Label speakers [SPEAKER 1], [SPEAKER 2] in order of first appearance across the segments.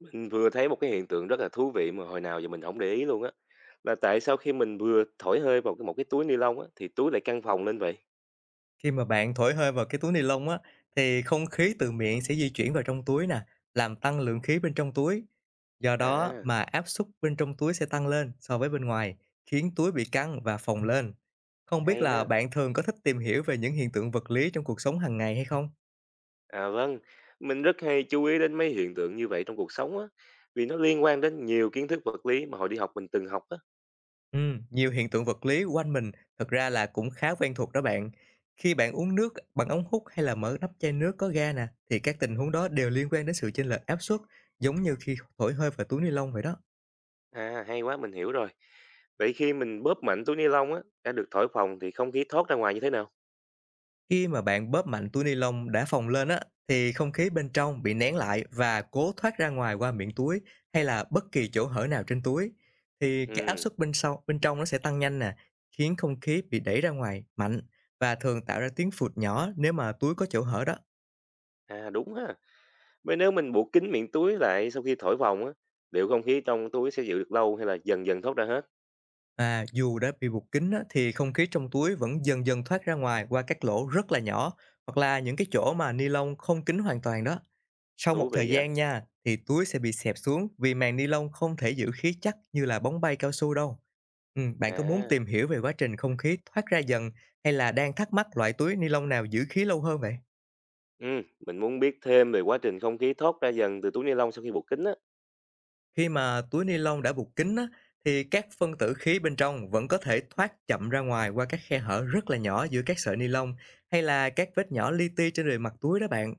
[SPEAKER 1] Mình vừa thấy một cái hiện tượng rất là thú vị mà hồi nào giờ mình không để ý luôn á, là tại sao khi mình vừa thổi hơi vào một cái túi ni lông á, thì túi lại căng phồng lên vậy?
[SPEAKER 2] Khi mà bạn thổi hơi vào cái túi ni lông á, thì không khí từ miệng sẽ di chuyển vào trong túi nè, làm tăng lượng khí bên trong túi. Do đó
[SPEAKER 1] À,
[SPEAKER 2] mà áp suất bên trong túi sẽ tăng lên so với bên ngoài, khiến túi bị căng và phồng lên. Không biết
[SPEAKER 1] hay
[SPEAKER 2] là
[SPEAKER 1] ha.
[SPEAKER 2] bạn thường có thích tìm hiểu về những hiện tượng vật lý trong cuộc sống hàng ngày hay không?
[SPEAKER 1] À, vâng, mình rất hay chú ý đến mấy hiện tượng như vậy trong cuộc sống á, vì nó liên quan đến nhiều kiến thức vật lý mà hồi đi học mình từng học á.
[SPEAKER 2] Ừ, nhiều hiện tượng vật lý quanh mình thật ra là cũng khá quen thuộc đó bạn. Khi bạn uống nước bằng ống hút hay là mở nắp chai nước có ga nè, thì các tình huống đó đều liên quan đến sự chênh lệch áp suất, giống như khi thổi hơi vào túi ni lông vậy đó.
[SPEAKER 1] À, hay quá, mình hiểu rồi. Vậy khi mình bóp mạnh túi ni lông á, đã được thổi phồng thì không khí thoát ra ngoài như thế nào?
[SPEAKER 2] Khi mà bạn bóp mạnh túi ni lông đã phồng lên á, thì không khí bên trong bị nén lại và cố thoát ra ngoài qua miệng túi hay là bất kỳ chỗ hở nào trên túi, thì cái áp
[SPEAKER 1] Ừm,
[SPEAKER 2] suất bên trong nó sẽ tăng nhanh nè, khiến không khí bị đẩy ra ngoài mạnh và thường tạo ra tiếng phụt nhỏ nếu mà túi có chỗ hở đó.
[SPEAKER 1] đúng ha. Vậy nếu mình buộc kín miệng túi lại sau khi thổi vòng á, liệu không khí trong túi sẽ giữ được lâu hay là dần dần thoát ra hết?
[SPEAKER 2] À, dù đã bị buộc kín á, thì không khí trong túi vẫn dần dần thoát ra ngoài qua các lỗ rất là nhỏ hoặc là những cái chỗ mà ni lông không kín hoàn toàn đó. Sau một
[SPEAKER 1] Thú
[SPEAKER 2] thời
[SPEAKER 1] vị vậy.
[SPEAKER 2] gian nha, thì túi sẽ bị xẹp xuống vì màng ni lông không thể giữ khí chắc như là bóng bay cao su đâu. Ừ, bạn có muốn
[SPEAKER 1] À,
[SPEAKER 2] tìm hiểu về quá trình không khí thoát ra dần hay là đang thắc mắc loại túi ni lông nào giữ khí lâu hơn vậy?
[SPEAKER 1] ừ, mình muốn biết thêm về quá trình không khí thoát ra dần từ túi ni lông sau khi buộc kín á.
[SPEAKER 2] Khi mà túi ni lông đã buộc kín á, thì các phân tử khí bên trong vẫn có thể thoát chậm ra ngoài qua các khe hở rất là nhỏ giữa các sợi ni lông hay là các vết nhỏ li ti trên bề mặt túi đó bạn.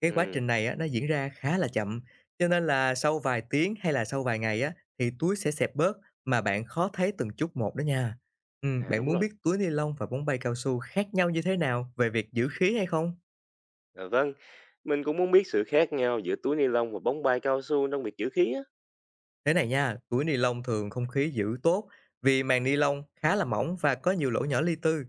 [SPEAKER 2] Cái quá
[SPEAKER 1] Ừ,
[SPEAKER 2] trình này á, nó diễn ra khá là chậm, cho nên là sau vài tiếng hay là sau vài ngày á, thì túi sẽ xẹp bớt mà bạn khó thấy từng chút một đó nha.
[SPEAKER 1] à
[SPEAKER 2] Bạn
[SPEAKER 1] đúng
[SPEAKER 2] muốn
[SPEAKER 1] rồi.
[SPEAKER 2] biết túi ni lông và bóng bay cao su khác nhau như thế nào về việc giữ khí hay không?
[SPEAKER 1] À, vâng, mình cũng muốn biết sự khác nhau giữa túi ni lông và bóng bay cao su trong việc giữ khí á.
[SPEAKER 2] Thế này nha, túi ni lông thường không khí giữ tốt vì màng ni lông khá là mỏng và có nhiều lỗ nhỏ li tư,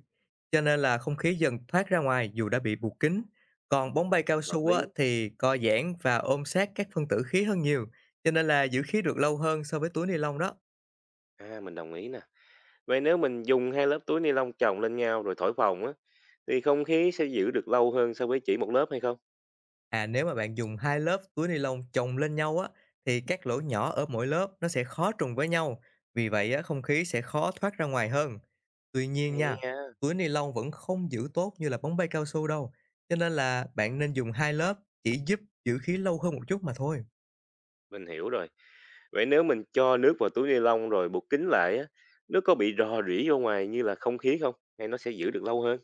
[SPEAKER 2] cho nên là không khí dần thoát ra ngoài dù đã bị buộc kín. Còn bóng bay cao
[SPEAKER 1] Hợp
[SPEAKER 2] su á,
[SPEAKER 1] lý.
[SPEAKER 2] thì co giãn và ôm sát các phân tử khí hơn nhiều, cho nên là giữ khí được lâu hơn so với túi ni lông đó.
[SPEAKER 1] À, mình đồng ý nè. Vậy nếu mình dùng hai lớp túi ni lông chồng lên nhau rồi thổi phồng á, thì không khí sẽ giữ được lâu hơn so với chỉ một lớp hay không?
[SPEAKER 2] À, nếu mà bạn dùng 2 lớp túi ni lông chồng lên nhau á, thì các lỗ nhỏ ở mỗi lớp nó sẽ khó trùng với nhau, vì vậy á, không khí sẽ khó thoát ra ngoài hơn. Tuy nhiên
[SPEAKER 1] Hay
[SPEAKER 2] nha,
[SPEAKER 1] nha.
[SPEAKER 2] túi ni lông vẫn không giữ tốt như là bóng bay cao su đâu, cho nên là bạn nên dùng 2 lớp chỉ giúp giữ khí lâu hơn một chút mà thôi.
[SPEAKER 1] Mình hiểu rồi. Vậy nếu mình cho nước vào túi ni lông rồi buộc kín lại á, nước có bị rò rỉ vô ngoài như là không khí không? Hay nó sẽ giữ được lâu hơn?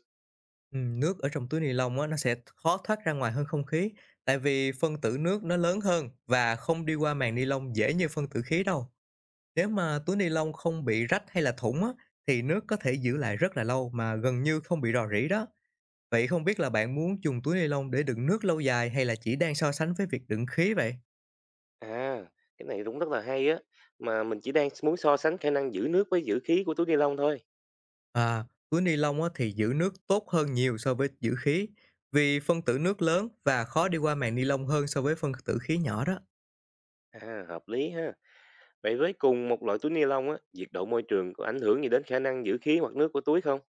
[SPEAKER 2] Ừ, nước ở trong túi ni lông á, nó sẽ khó thoát ra ngoài hơn không khí, tại vì phân tử nước nó lớn hơn và không đi qua màng ni lông dễ như phân tử khí đâu. Nếu mà túi ni lông không bị rách hay là thủng á, thì nước có thể giữ lại rất là lâu mà gần như không bị rò rỉ đó. Vậy không biết là bạn muốn dùng túi ni lông để đựng nước lâu dài hay là chỉ đang so sánh với việc đựng khí vậy?
[SPEAKER 1] À, cái này cũng rất là hay á. Mà mình chỉ đang muốn so sánh khả năng giữ nước với giữ khí của túi ni lông thôi.
[SPEAKER 2] À, túi ni lông á, thì giữ nước tốt hơn nhiều so với giữ khí vì phân tử nước lớn và khó đi qua màng ni lông hơn so với phân tử khí nhỏ đó.
[SPEAKER 1] À, hợp lý ha. Vậy với cùng một loại túi ni lông á, nhiệt độ môi trường có ảnh hưởng gì đến khả năng giữ khí hoặc nước của túi không?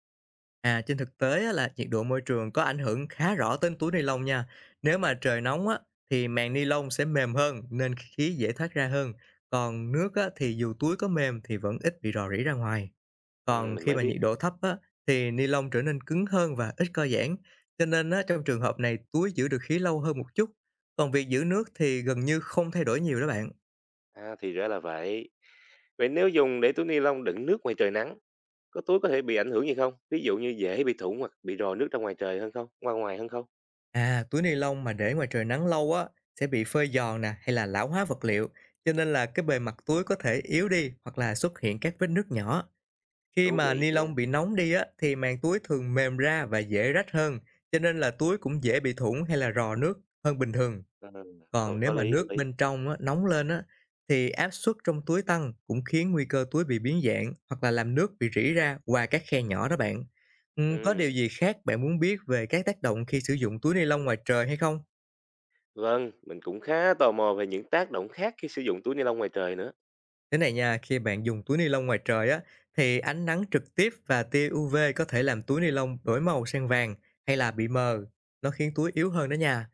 [SPEAKER 2] À, trên thực tế á, là nhiệt độ môi trường có ảnh hưởng khá rõ tới túi ni lông nha. Nếu mà trời nóng á, thì màng ni lông sẽ mềm hơn nên khí dễ thoát ra hơn. Còn nước á, thì dù túi có mềm thì vẫn ít bị rò rỉ ra ngoài.
[SPEAKER 1] Ừ,
[SPEAKER 2] Còn
[SPEAKER 1] mình
[SPEAKER 2] khi
[SPEAKER 1] mới
[SPEAKER 2] mà
[SPEAKER 1] biết.
[SPEAKER 2] nhiệt độ thấp á, thì ni lông trở nên cứng hơn và ít co giãn. Cho nên á, trong trường hợp này túi giữ được khí lâu hơn một chút. Còn việc giữ nước thì gần như không thay đổi nhiều đó bạn.
[SPEAKER 1] À, thì ra là vậy. Vậy nếu dùng để túi ni lông đựng nước ngoài trời nắng, có túi có thể bị ảnh hưởng gì không? Ví dụ như dễ bị thủng hoặc bị rò nước ra ngoài trời hơn không? Qua ngoài hơn không?
[SPEAKER 2] À, túi ni lông mà để ngoài trời nắng lâu á sẽ bị phơi giòn nè hay là lão hóa vật liệu, cho nên là cái bề mặt túi có thể yếu đi hoặc là xuất hiện các vết nứt nhỏ.
[SPEAKER 1] Thú
[SPEAKER 2] Khi mà
[SPEAKER 1] vị
[SPEAKER 2] ni
[SPEAKER 1] nha.
[SPEAKER 2] lông bị nóng đi á thì màng túi thường mềm ra và dễ rách hơn, cho nên là túi cũng dễ bị thủng hay là rò nước hơn bình thường.
[SPEAKER 1] Ờ,
[SPEAKER 2] Còn nếu
[SPEAKER 1] có
[SPEAKER 2] mà
[SPEAKER 1] lý,
[SPEAKER 2] nước
[SPEAKER 1] có lý.
[SPEAKER 2] bên trong á, nóng lên á, thì áp suất trong túi tăng cũng khiến nguy cơ túi bị biến dạng hoặc là làm nước bị rỉ ra qua các khe nhỏ đó bạn. Ừ, có điều
[SPEAKER 1] Ừm,
[SPEAKER 2] gì khác bạn muốn biết về các tác động khi sử dụng túi ni lông ngoài trời hay không?
[SPEAKER 1] vâng, mình cũng khá tò mò về những tác động khác khi sử dụng túi ni lông ngoài trời nữa.
[SPEAKER 2] Thế này nha, khi bạn dùng túi ni lông ngoài trời á, thì ánh nắng trực tiếp và tia UV có thể làm túi ni lông đổi màu sang vàng hay là bị mờ. Nó khiến túi yếu hơn đó nha.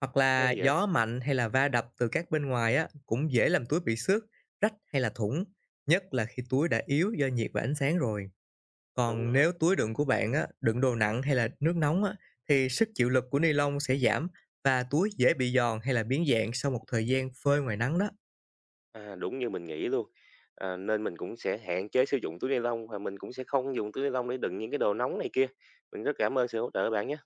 [SPEAKER 2] Hoặc là
[SPEAKER 1] Hay vậy!
[SPEAKER 2] gió mạnh hay là va đập từ các bên ngoài á, cũng dễ làm túi bị xước, rách hay là thủng, nhất là khi túi đã yếu do nhiệt và ánh sáng rồi.
[SPEAKER 1] Đúng
[SPEAKER 2] Còn
[SPEAKER 1] rồi,
[SPEAKER 2] nếu túi đựng của bạn á, đựng đồ nặng hay là nước nóng á, thì sức chịu lực của ni lông sẽ giảm và túi dễ bị giòn hay là biến dạng sau một thời gian phơi ngoài nắng đó.
[SPEAKER 1] à, đúng như mình nghĩ luôn. À, nên mình cũng sẽ hạn chế sử dụng túi ni lông và mình cũng sẽ không dùng túi ni lông để đựng những cái đồ nóng này kia. Mình rất cảm ơn sự hỗ trợ bạn nhé.